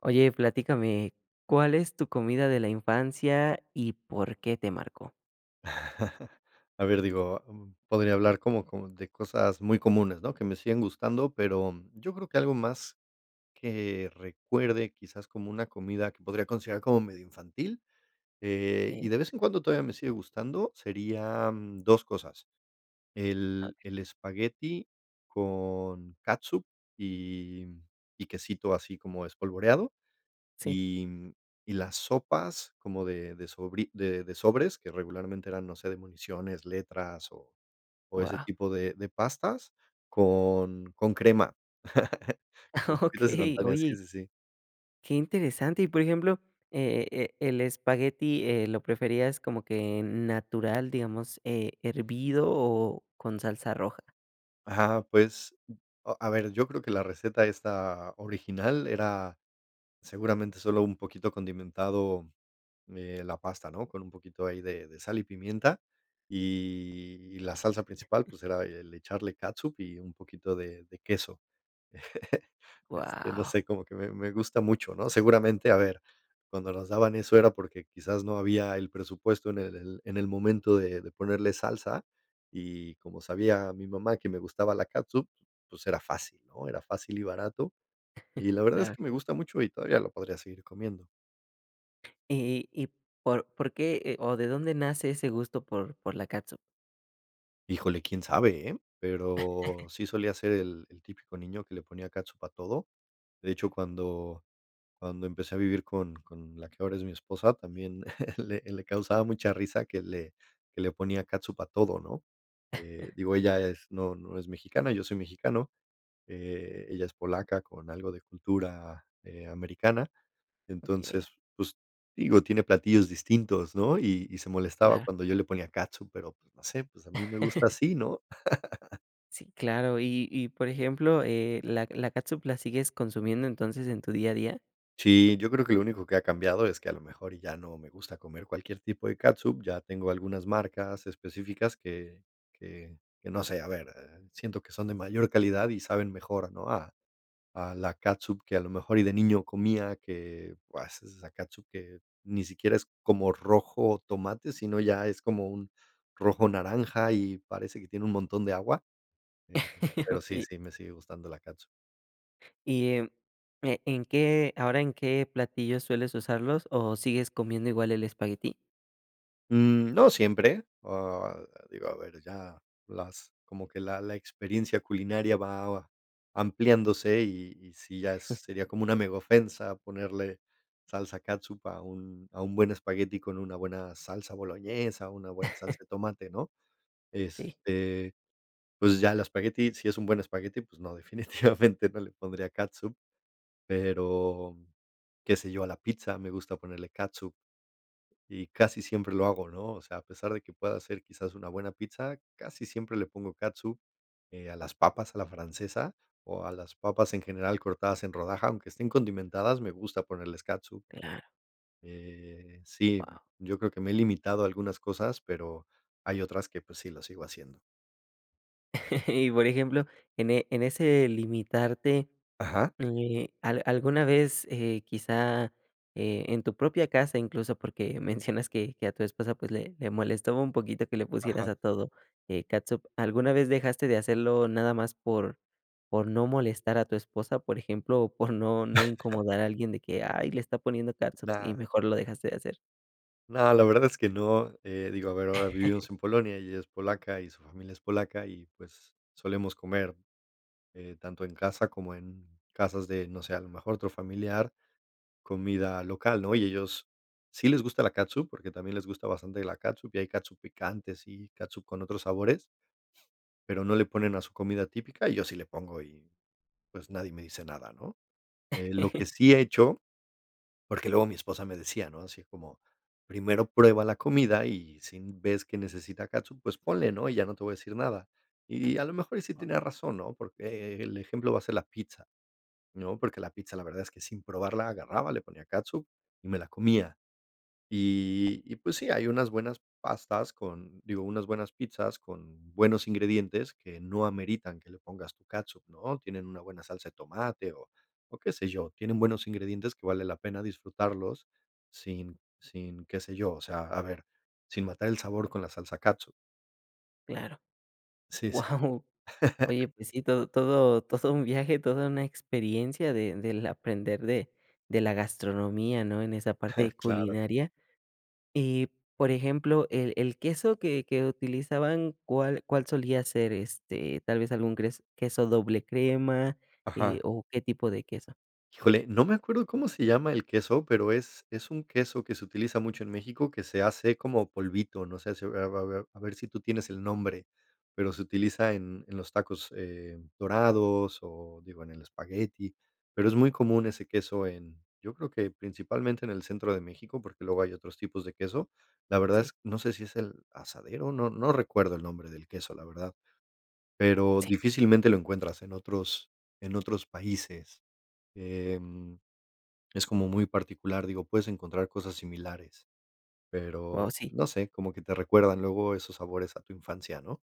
Oye, platícame, ¿cuál es tu comida de la infancia y por qué te marcó? A ver, digo, podría hablar como de cosas muy comunes, ¿no? Que me siguen gustando, pero yo creo que algo más que recuerde, quizás como una comida que podría considerar como medio infantil, Okey, y de vez en cuando todavía me sigue gustando, serían 2 cosas. El espagueti con catsup y y quesito así como espolvoreado. sí. Y, y las sopas como de sobri de sobres, que regularmente eran, no sé, de municiones, letras o ese Wow. tipo de pastas con crema. Como sopitas Okey, instantáneas, sí, oye, sí, sí. qué interesante. Y, por ejemplo, ¿el espagueti, lo preferías como que natural, digamos, hervido o con salsa roja? Ajá, pues, a ver, yo creo que la receta esta original era seguramente solo un poquito condimentado, la pasta, ¿no? Con un poquito ahí de sal y pimienta, y la salsa principal, pues, era el echarle catsup y un poquito de queso. Este, no Wow. sé, como que me gusta mucho, ¿no? Seguramente, a ver, cuando nos daban eso era porque quizás no había el presupuesto en el en el momento de ponerle salsa, y como sabía mi mamá que me gustaba la catsup, pues era fácil, ¿no? Era fácil y barato, y la verdad es Claro. que me gusta mucho y todavía lo podría seguir comiendo. Y ¿por qué, o de dónde nace ese gusto por la catsup? Híjole, quién sabe, ¿eh? Pero sí solía ser el típico niño que le ponía catsup a todo. De hecho, cuando empecé a vivir con la que ahora es mi esposa, también le causaba mucha risa que le ponía catsup a todo, ¿no? Digo, ella es no es mexicana, yo soy mexicano, ella es polaca con algo de cultura, americana. Entonces, Okey. pues, digo, tiene platillos distintos, ¿no? Y se molestaba Claro. cuando yo le ponía catsup, pero, pues, no sé, pues, a mí me gusta así, ¿no? Sí, claro. Y por ejemplo, la catsup la sigues consumiendo, entonces, en tu día a día. Sí, yo creo que lo único que ha cambiado es que a lo mejor ya no me gusta comer cualquier tipo de catsup, ya tengo algunas marcas específicas que que no sé, a ver, siento que son de mayor calidad y saben mejor, ¿no? A la catsup que a lo mejor y de niño comía, que pues veces esa catsup que ni siquiera es como rojo tomate, sino ya es como un rojo naranja y parece que tiene un montón de agua, eh, pero sí, Okey. sí, me sigue gustando la catsup. Y, ¿en qué ahora en qué platillos sueles usarlos o sigues comiendo igual el espagueti? No siempre, digo, a ver, ya las como que la experiencia culinaria va ampliándose y sí ya es- sería como una megaofensa ponerle salsa catsup a un buen espagueti con una buena salsa boloñesa, una buena salsa de tomate, ¿no? Sí, Este, pues ya el espagueti, si es un buen espagueti, pues no, definitivamente no le pondría catsup, pero, qué sé yo, a la pizza me gusta ponerle catsup. Y casi siempre lo hago, ¿no? O sea, a pesar de que pueda hacer quizás una buena pizza, casi siempre le pongo catsup, a las papas a la francesa o a las papas en general cortadas en rodaja, aunque estén condimentadas, me gusta ponerles catsup. claro, Sí, guau. yo creo que me he limitado a algunas cosas, pero hay otras que, pues, sí lo sigo haciendo. Y, por ejemplo, en en ese limitarte. Ajá, ¿Al alguna vez, quizá, en tu propia casa, incluso, porque mencionas que a tu esposa, pues, le molestaba un poquito que le pusieras ajá. a todo, catsup, ¿alguna vez dejaste de hacerlo nada más por no molestar a tu esposa, por ejemplo, o por no incomodar a alguien de que: "Ay, le está poniendo catsup", y No, mejor lo dejaste de hacer? no, la verdad es que no, digo, a ver, ahora vivimos en Polonia, ella es polaca y su familia es polaca y, pues, solemos comer tanto en casa como en casas de, no sé, a lo mejor otro familiar, comida local, ¿no? Y ellos sí les gusta la katsu porque también les gusta bastante la katsu y hay katsu picantes y katsu con otros sabores, pero no le ponen a su comida típica, y yo sí le pongo y pues nadie me dice nada, ¿no? Lo que sí he hecho, porque luego mi esposa me decía, ¿no? Así como, primero prueba la comida y si ves que necesita katsu pues ponle, ¿no? Y ya no te voy a decir nada. Y a lo mejor y sí tenía razón, ¿no? Porque el ejemplo va a ser la pizza. No, porque la pizza, la verdad es que sin probarla agarraba, le ponía catsup y me la comía. Y pues sí, hay unas buenas pastas con digo, unas buenas pizzas con buenos ingredientes que no ameritan que le pongas tu catsup, ¿no? Tienen una buena salsa de tomate o qué sé yo, tienen buenos ingredientes que vale la pena disfrutarlos sin sin qué sé yo, o sea, a ver, sin matar el sabor con la salsa catsup. Claro. Sí, sí. Wow. Oye, pues sí, todo un viaje, toda una experiencia de del aprender de la gastronomía, ¿no?, en esa parte Claro. culinaria. Y, por ejemplo, el queso que utilizaban, ¿cuál solía ser? Este, tal vez algún cres queso doble crema, Ajá. O, ¿qué tipo de queso? Híjole, no me acuerdo cómo se llama el queso, pero es un queso que se utiliza mucho en México, que se hace como polvito, no sé, si a ver si tú tienes el nombre, pero se utiliza en los tacos, dorados o, digo, en el espagueti, pero es muy común ese queso en yo creo que principalmente en el centro de México, porque luego hay otros tipos de queso. La verdad es Sí, no sé si es el asadero, no recuerdo el nombre del queso, la verdad, pero sí, difícilmente lo encuentras en otros países, em es como muy particular, digo, puedes encontrar cosas similares, oh, pero sí. no sé, como que te recuerdan luego esos sabores a tu infancia, ¿no?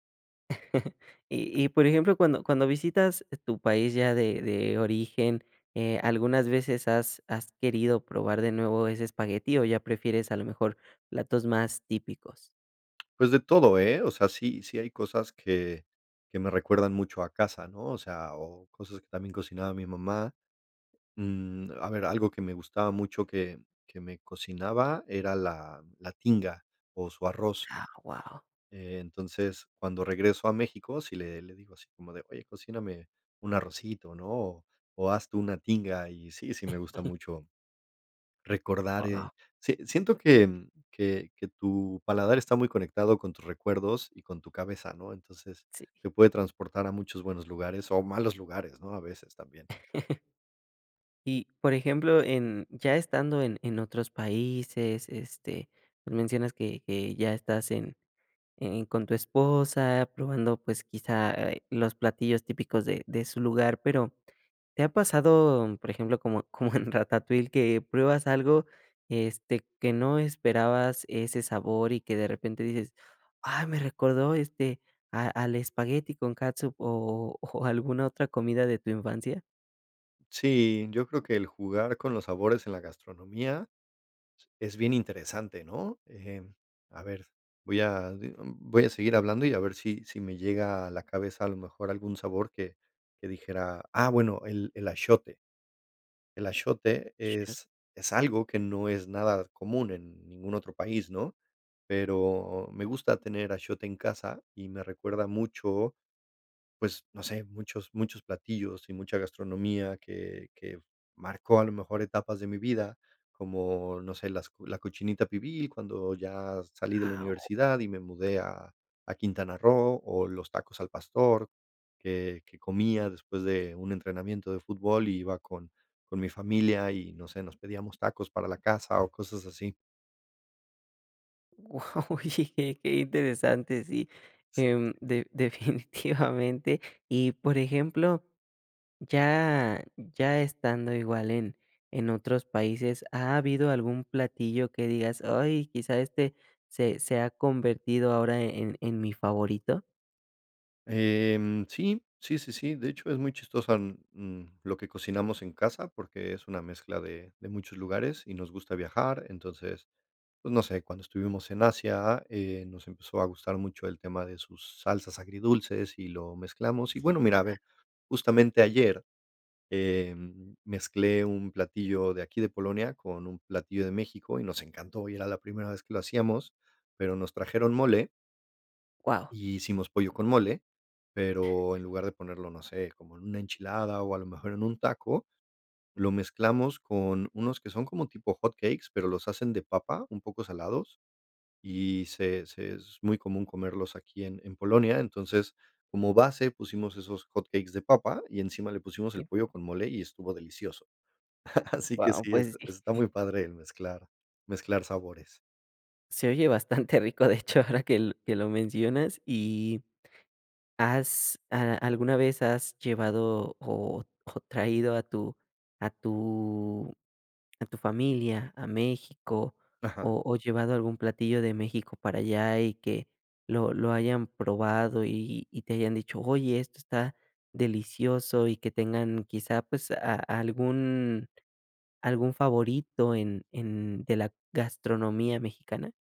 Y por ejemplo, cuando visitas tu país ya de origen, ¿algunas veces has querido probar de nuevo ese espagueti, o ya prefieres a lo mejor platos más típicos? Pues de todo, ¿eh? O sea, sí, sí hay cosas que me recuerdan mucho a casa, ¿no? O sea, o cosas que también cocinaba mi mamá. A ver, algo que me gustaba mucho que me cocinaba era la tinga o su arroz. Ah, wow, Entonces, cuando regreso a México, sí le digo así como de: "Oye, cocíname un arrocito", ¿no? O haz tú una tinga. Y sí, sí me gusta mucho recordar, guau. Si siento que que tu paladar está muy conectado con tus recuerdos y con tu cabeza, ¿no? Entonces, Sí. te puede transportar a muchos buenos lugares o malos lugares, ¿no? A veces también. Y, por ejemplo, en ya estando en otros países, este, pues, mencionas que ya estás en con tu esposa, probando, pues, quizá, los platillos típicos de su lugar, pero, ¿te ha pasado, por ejemplo, como como en Ratatouille, que pruebas algo, este, que no esperabas ese sabor y que de repente dices: "Ay, me recordó, este, a al espagueti con catsup", o o alguna otra comida de tu infancia? Sí, yo creo que el jugar con los sabores en la gastronomía es bien interesante, ¿no? A ver, voy a seguir hablando y a ver si si me llega a la cabeza, a lo mejor, algún sabor que dijera, ah, bueno, el axote. El axote Shut. Es algo que no es nada común en ningún otro país, ¿no? Pero me gusta tener axote en casa y me recuerda mucho pues, no sé, muchos platillos y mucha gastronomía que marcó a lo mejor etapas de mi vida, como, no sé, la cochinita pibil cuando ya salí de la universidad y me mudé a Quintana Roo, o los tacos al pastor que comía después de un entrenamiento de fútbol y iba con mi familia y, no sé, nos pedíamos tacos para la casa o cosas así. Wow, oye, qué qué interesante, sí, em, de definitivamente. Y, por ejemplo, ya estando igual en otros países, ¿ha habido algún platillo que digas: "Ay, quizá este se ha convertido ahora en mi favorito"? Sí, sí, sí, sí. De hecho, es muy chistosa, lo que cocinamos en casa, porque es una mezcla de muchos lugares y nos gusta viajar. Entonces, pues, no sé, cuando estuvimos en Asia, nos empezó a gustar mucho el tema de sus salsas agridulces y lo mezclamos. Y bueno, mira, a ver, justamente ayer, mezclé un platillo de aquí de Polonia con un platillo de México y nos encantó, y era la primera vez que lo hacíamos, pero nos trajeron mole Wow, y hicimos pollo con mole, pero en lugar de ponerlo, no sé, como en una enchilada o a lo mejor en un taco, lo mezclamos con unos que son como tipo hotcakes, pero los hacen de papa, un poco salados, y se es muy común comerlos aquí en Polonia. Entonces, como base pusimos esos hotcakes de papa y encima le pusimos el pollo con mole y estuvo delicioso. Así que wow, sí, es pues sí, está muy padre el mezclar mezclar sabores. se oye bastante rico, de hecho, ahora que l que lo mencionas, y ¿has a alguna vez has llevado o traído a a tu tu familia a México Ajá. O llevado algún platillo de México para allá y que lo hayan probado y te hayan dicho: "Oye, esto está delicioso", y que tengan quizá, pues, a algún favorito en de la gastronomía mexicana?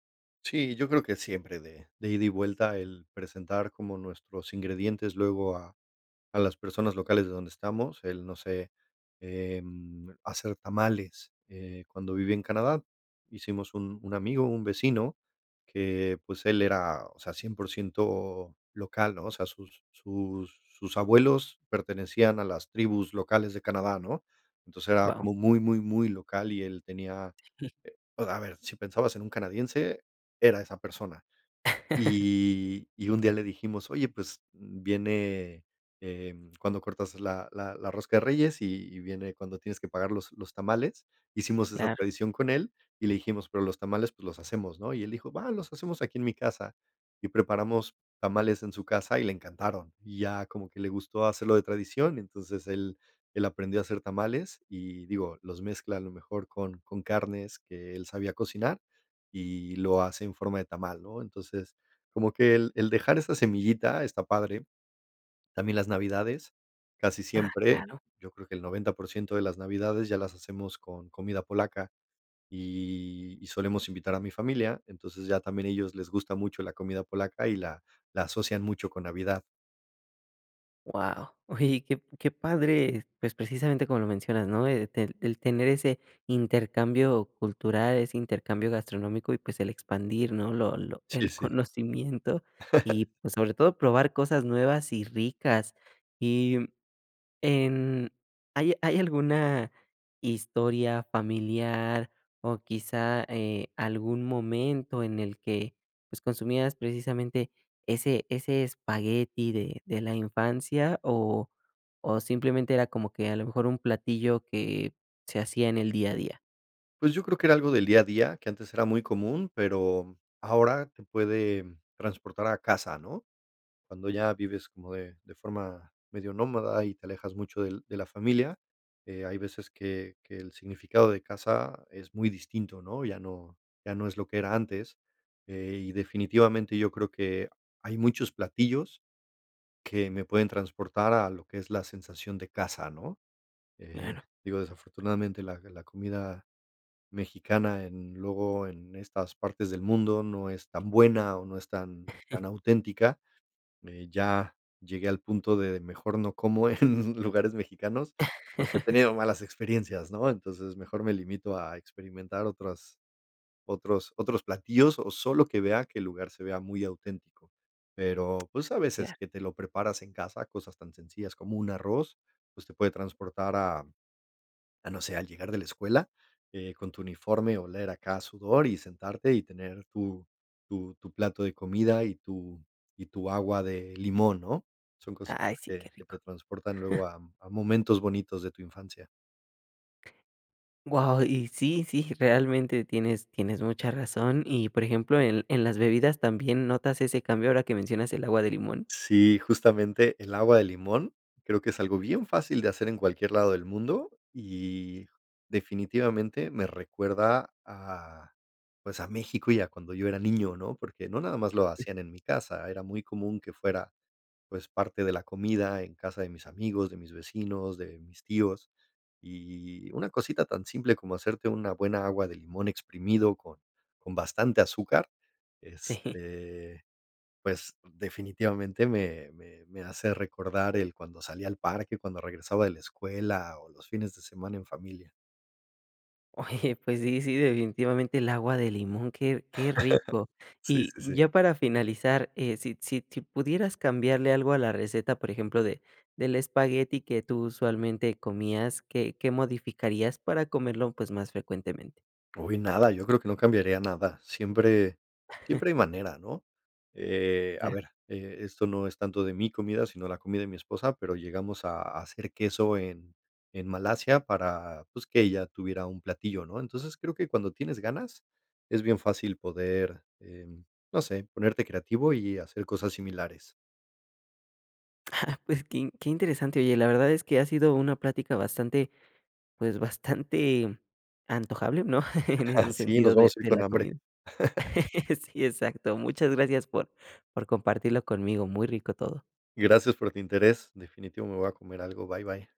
Sí, yo creo que siempre de ida y vuelta el presentar como nuestros ingredientes luego a las personas locales de donde estamos, el, no sé, hacer tamales. Cuando viví en Canadá, hicimos un amigo, un vecino, que, pues, él era, o sea, 100% local, ¿no? O sea, sus sus abuelos pertenecían a las tribus locales de Canadá, ¿no? Entonces, era Wow, como muy, muy, muy local y él tenía o a ver, si pensabas en un canadiense, era esa persona. Y un día le dijimos: "Oye, pues, viene, cuando cortas la la rosca de Reyes y viene cuando tienes que pagar los tamales". Hicimos esa claro. tradición con él y le dijimos: "Pero los tamales, pues, los hacemos, ¿no?". Y él dijo: "Va, los hacemos aquí en mi casa". Y preparamos tamales en su casa y le encantaron. Y ya como que le gustó hacerlo de tradición, entonces él aprendió a hacer tamales y, digo, los mezcla a lo mejor con carnes que él sabía cocinar y lo hace en forma de tamal, ¿no? Entonces como que el dejar esa semillita está padre. También las navidades, casi Ah, siempre, claro. yo creo que el 90% de las navidades ya las hacemos con comida polaca y solemos invitar a mi familia, entonces ya también ellos les gusta mucho la comida polaca y la la asocian mucho con Navidad. Wow, oye, qué qué padre, pues, precisamente como lo mencionas, ¿no? El te el tener ese intercambio cultural, ese intercambio gastronómico y, pues, el expandir, ¿no? Lo Sí, el sí. conocimiento y, pues, sobre todo probar cosas nuevas y ricas. Y en hay alguna historia familiar o quizá, algún momento en el que, pues, consumías precisamente ese espagueti de la infancia o simplemente era como que a lo mejor un platillo que se hacía en el día a día? Pues yo creo que era algo del día a día, que antes era muy común, pero ahora te puede transportar a casa, ¿no? Cuando ya vives como de forma medio nómada y te alejas mucho del de la familia, hay veces que el significado de casa es muy distinto, ¿no? Ya no ya no es lo que era antes, y definitivamente yo creo que hay muchos platillos que me pueden transportar a lo que es la sensación de casa, ¿no? Eh, Claro, digo, desafortunadamente la comida mexicana en luego en estas partes del mundo no es tan buena o no es tan tan auténtica, ya llegué al punto de mejor no como en lugares mexicanos, porque he tenido malas experiencias, ¿no? Entonces, mejor me limito a experimentar otras otros platillos, o solo que vea que el lugar se vea muy auténtico. Pero, pues, a veces claro. que te lo preparas en casa, cosas tan sencillas como un arroz, pues, te puede transportar a no sé, al llegar de la escuela, con tu uniforme, oler acá a sudor y sentarte y tener tu tu plato de comida y tu agua de limón, ¿no? Son Ay, cositas sí, qué que rico. te transportan luego a momentos bonitos de tu infancia. Wow, y sí, sí, realmente tienes mucha razón. Y, por ejemplo, en las bebidas, ¿también notas ese cambio ahora que mencionas el agua de limón? Sí, justamente el agua de limón, creo que es algo bien fácil de hacer en cualquier lado del mundo y definitivamente me recuerda a, pues, a México y a cuando yo era niño, ¿no? Porque no nada más lo hacían en mi casa, era muy común que fuera pues, parte de la comida en casa de mis amigos, de mis vecinos, de mis tíos. Y una cosita tan simple como hacerte una buena agua de limón exprimido con bastante azúcar, Sí. este, pues, definitivamente me hace recordar el cuando salía al parque, cuando regresaba de la escuela o los fines de semana en familia. Oye, pues sí, sí, definitivamente el agua de limón, qué qué rico. Sí, Y sí, sí. ya para finalizar, si pudieras cambiarle algo a la receta, por ejemplo, de del espagueti que tú usualmente comías, ¿qué qué modificarías para comerlo, pues, más frecuentemente? Uy, nada, yo creo que no cambiaría nada. Siempre siempre hay manera, ¿no? A Ah. ver, esto no es tanto de mi comida, sino la comida de mi esposa, pero llegamos a hacer queso en Malasia para, pues, que ella tuviera un platillo, ¿no? Entonces, creo que cuando tienes ganas, es bien fácil poder, no sé, ponerte creativo y hacer cosas similares. Pues, qué interesante. Oye, la verdad es que ha sido una plática bastante, pues, bastante antojable, ¿no? En ese Así nos sentido vamos a ir de la con hambre. comida. Sí, exacto. Muchas gracias por compartirlo conmigo. Muy rico todo. Gracias por tu interés. Definitivo me voy a comer algo. Bye, bye.